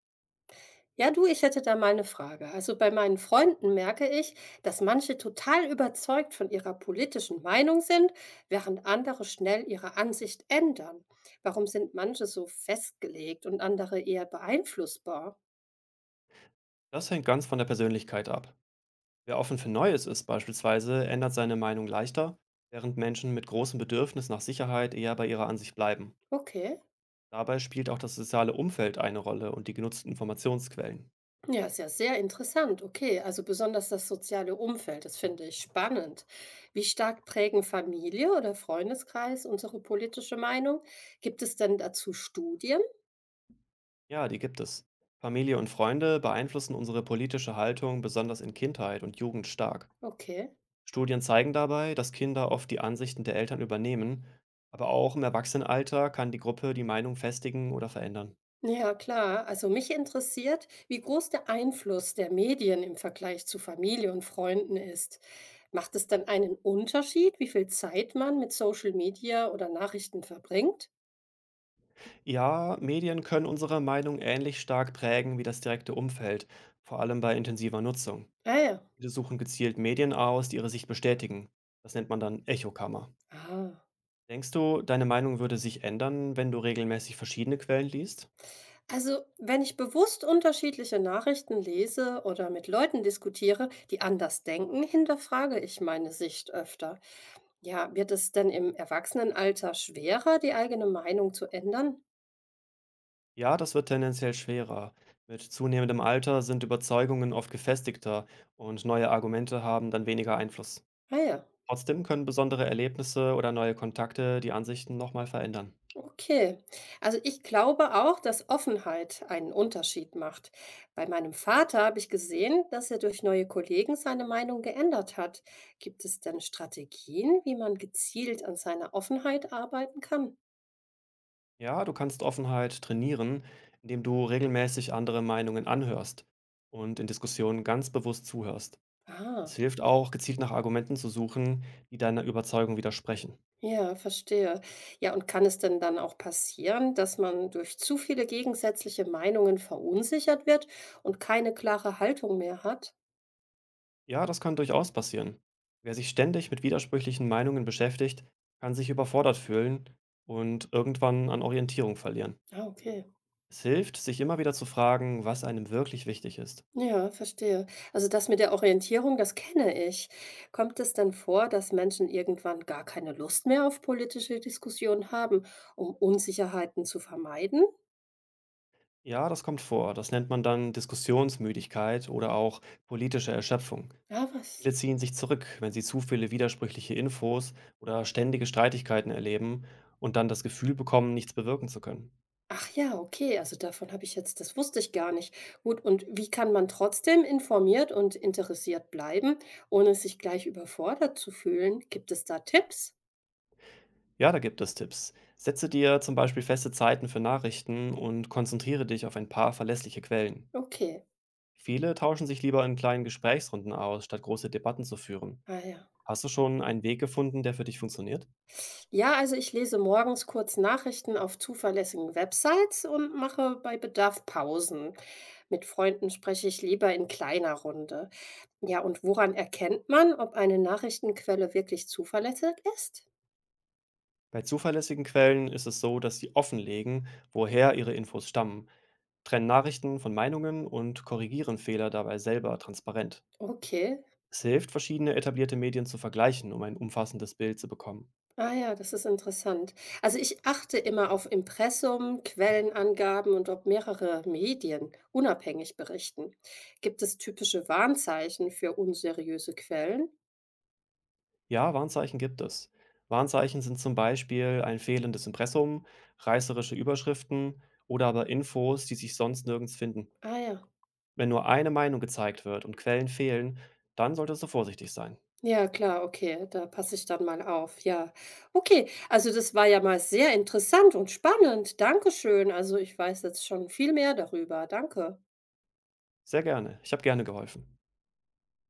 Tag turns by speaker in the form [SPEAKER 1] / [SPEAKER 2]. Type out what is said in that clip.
[SPEAKER 1] Ja, du, ich hätte da mal eine Frage. Also bei meinen Freunden merke ich, dass manche total überzeugt von ihrer politischen Meinung sind, während andere schnell ihre Ansicht ändern. Warum sind manche so festgelegt und andere eher beeinflussbar?
[SPEAKER 2] Das hängt ganz von der Persönlichkeit ab. Wer offen für Neues ist beispielsweise, ändert seine Meinung leichter, während Menschen mit großem Bedürfnis nach Sicherheit eher bei ihrer Ansicht bleiben.
[SPEAKER 1] Okay.
[SPEAKER 2] Dabei spielt auch das soziale Umfeld eine Rolle und die genutzten Informationsquellen.
[SPEAKER 1] Ja, ist ja sehr interessant. Okay, also besonders das soziale Umfeld, das finde ich spannend. Wie stark prägen Familie oder Freundeskreis unsere politische Meinung? Gibt es denn dazu Studien?
[SPEAKER 2] Ja, die gibt es. Familie und Freunde beeinflussen unsere politische Haltung besonders in Kindheit und Jugend stark.
[SPEAKER 1] Okay.
[SPEAKER 2] Studien zeigen dabei, dass Kinder oft die Ansichten der Eltern übernehmen, aber auch im Erwachsenenalter kann die Gruppe die Meinung festigen oder verändern.
[SPEAKER 1] Ja, klar. Also mich interessiert, wie groß der Einfluss der Medien im Vergleich zu Familie und Freunden ist. Macht es dann einen Unterschied, wie viel Zeit man mit Social Media oder Nachrichten verbringt?
[SPEAKER 2] Ja, Medien können unsere Meinung ähnlich stark prägen wie das direkte Umfeld, vor allem bei intensiver Nutzung.
[SPEAKER 1] Ah ja.
[SPEAKER 2] Viele suchen gezielt Medien aus, die ihre Sicht bestätigen. Das nennt man dann Echokammer.
[SPEAKER 1] Ah.
[SPEAKER 2] Denkst du, deine Meinung würde sich ändern, wenn du regelmäßig verschiedene Quellen liest?
[SPEAKER 1] Also, wenn ich bewusst unterschiedliche Nachrichten lese oder mit Leuten diskutiere, die anders denken, hinterfrage ich meine Sicht öfter. Ja, wird es denn im Erwachsenenalter schwerer, die eigene Meinung zu ändern?
[SPEAKER 2] Ja, das wird tendenziell schwerer. Mit zunehmendem Alter sind Überzeugungen oft gefestigter und neue Argumente haben dann weniger Einfluss.
[SPEAKER 1] Ah ja.
[SPEAKER 2] Trotzdem können besondere Erlebnisse oder neue Kontakte die Ansichten nochmal verändern.
[SPEAKER 1] Okay, also ich glaube auch, dass Offenheit einen Unterschied macht. Bei meinem Vater habe ich gesehen, dass er durch neue Kollegen seine Meinung geändert hat. Gibt es denn Strategien, wie man gezielt an seiner Offenheit arbeiten kann?
[SPEAKER 2] Ja, du kannst Offenheit trainieren, indem du regelmäßig andere Meinungen anhörst und in Diskussionen ganz bewusst zuhörst. Es
[SPEAKER 1] Ah,
[SPEAKER 2] hilft auch, gezielt nach Argumenten zu suchen, die deiner Überzeugung widersprechen.
[SPEAKER 1] ja, verstehe. Ja, und kann es denn dann auch passieren, dass man durch zu viele gegensätzliche Meinungen verunsichert wird und keine klare Haltung mehr hat?
[SPEAKER 2] Ja, das kann durchaus passieren. Wer sich ständig mit widersprüchlichen Meinungen beschäftigt, kann sich überfordert fühlen und irgendwann an Orientierung verlieren.
[SPEAKER 1] Ah, okay.
[SPEAKER 2] Es hilft, sich immer wieder zu fragen, was einem wirklich wichtig ist.
[SPEAKER 1] Ja, verstehe. Also das mit der Orientierung, das kenne ich. Kommt es denn vor, dass Menschen irgendwann gar keine Lust mehr auf politische Diskussionen haben, um Unsicherheiten zu vermeiden?
[SPEAKER 2] Ja, das kommt vor. Das nennt man dann Diskussionsmüdigkeit oder auch politische Erschöpfung.
[SPEAKER 1] Ja, was?
[SPEAKER 2] Viele ziehen sich zurück, wenn sie zu viele widersprüchliche Infos oder ständige Streitigkeiten erleben und dann das Gefühl bekommen, nichts bewirken zu können.
[SPEAKER 1] Ach ja, okay, also davon habe ich jetzt, das wusste ich gar nicht. Gut, und wie kann man trotzdem informiert und interessiert bleiben, ohne sich gleich überfordert zu fühlen? Gibt es da Tipps?
[SPEAKER 2] Ja, da gibt es Tipps. Setze dir zum Beispiel feste Zeiten für Nachrichten und konzentriere dich auf ein paar verlässliche Quellen.
[SPEAKER 1] Okay.
[SPEAKER 2] Viele tauschen sich lieber in kleinen Gesprächsrunden aus, statt große Debatten zu führen.
[SPEAKER 1] Ah ja.
[SPEAKER 2] Hast du schon einen Weg gefunden, der für dich funktioniert?
[SPEAKER 1] Ja, also ich lese morgens kurz Nachrichten auf zuverlässigen Websites und mache bei Bedarf Pausen. Mit Freunden spreche ich lieber in kleiner Runde. Ja, und woran erkennt man, ob eine Nachrichtenquelle wirklich zuverlässig ist?
[SPEAKER 2] Bei zuverlässigen Quellen ist es so, dass sie offenlegen, woher ihre Infos stammen, trennen Nachrichten von Meinungen und korrigieren Fehler dabei selber transparent.
[SPEAKER 1] Okay.
[SPEAKER 2] Es hilft, verschiedene etablierte Medien zu vergleichen, um ein umfassendes Bild zu bekommen.
[SPEAKER 1] Ah ja, das ist interessant. Also ich achte immer auf Impressum, Quellenangaben und ob mehrere Medien unabhängig berichten. Gibt es typische Warnzeichen für unseriöse Quellen?
[SPEAKER 2] Ja, Warnzeichen gibt es. Warnzeichen sind zum Beispiel ein fehlendes Impressum, reißerische Überschriften oder aber Infos, die sich sonst nirgends finden.
[SPEAKER 1] Ah ja.
[SPEAKER 2] Wenn nur eine Meinung gezeigt wird und Quellen fehlen, dann solltest du vorsichtig sein.
[SPEAKER 1] Ja, klar, okay, da passe ich dann mal auf, ja. Okay, also das war ja mal sehr interessant und spannend. Dankeschön. Also ich weiß jetzt schon viel mehr darüber. Danke.
[SPEAKER 2] Sehr gerne. Ich habe gerne geholfen.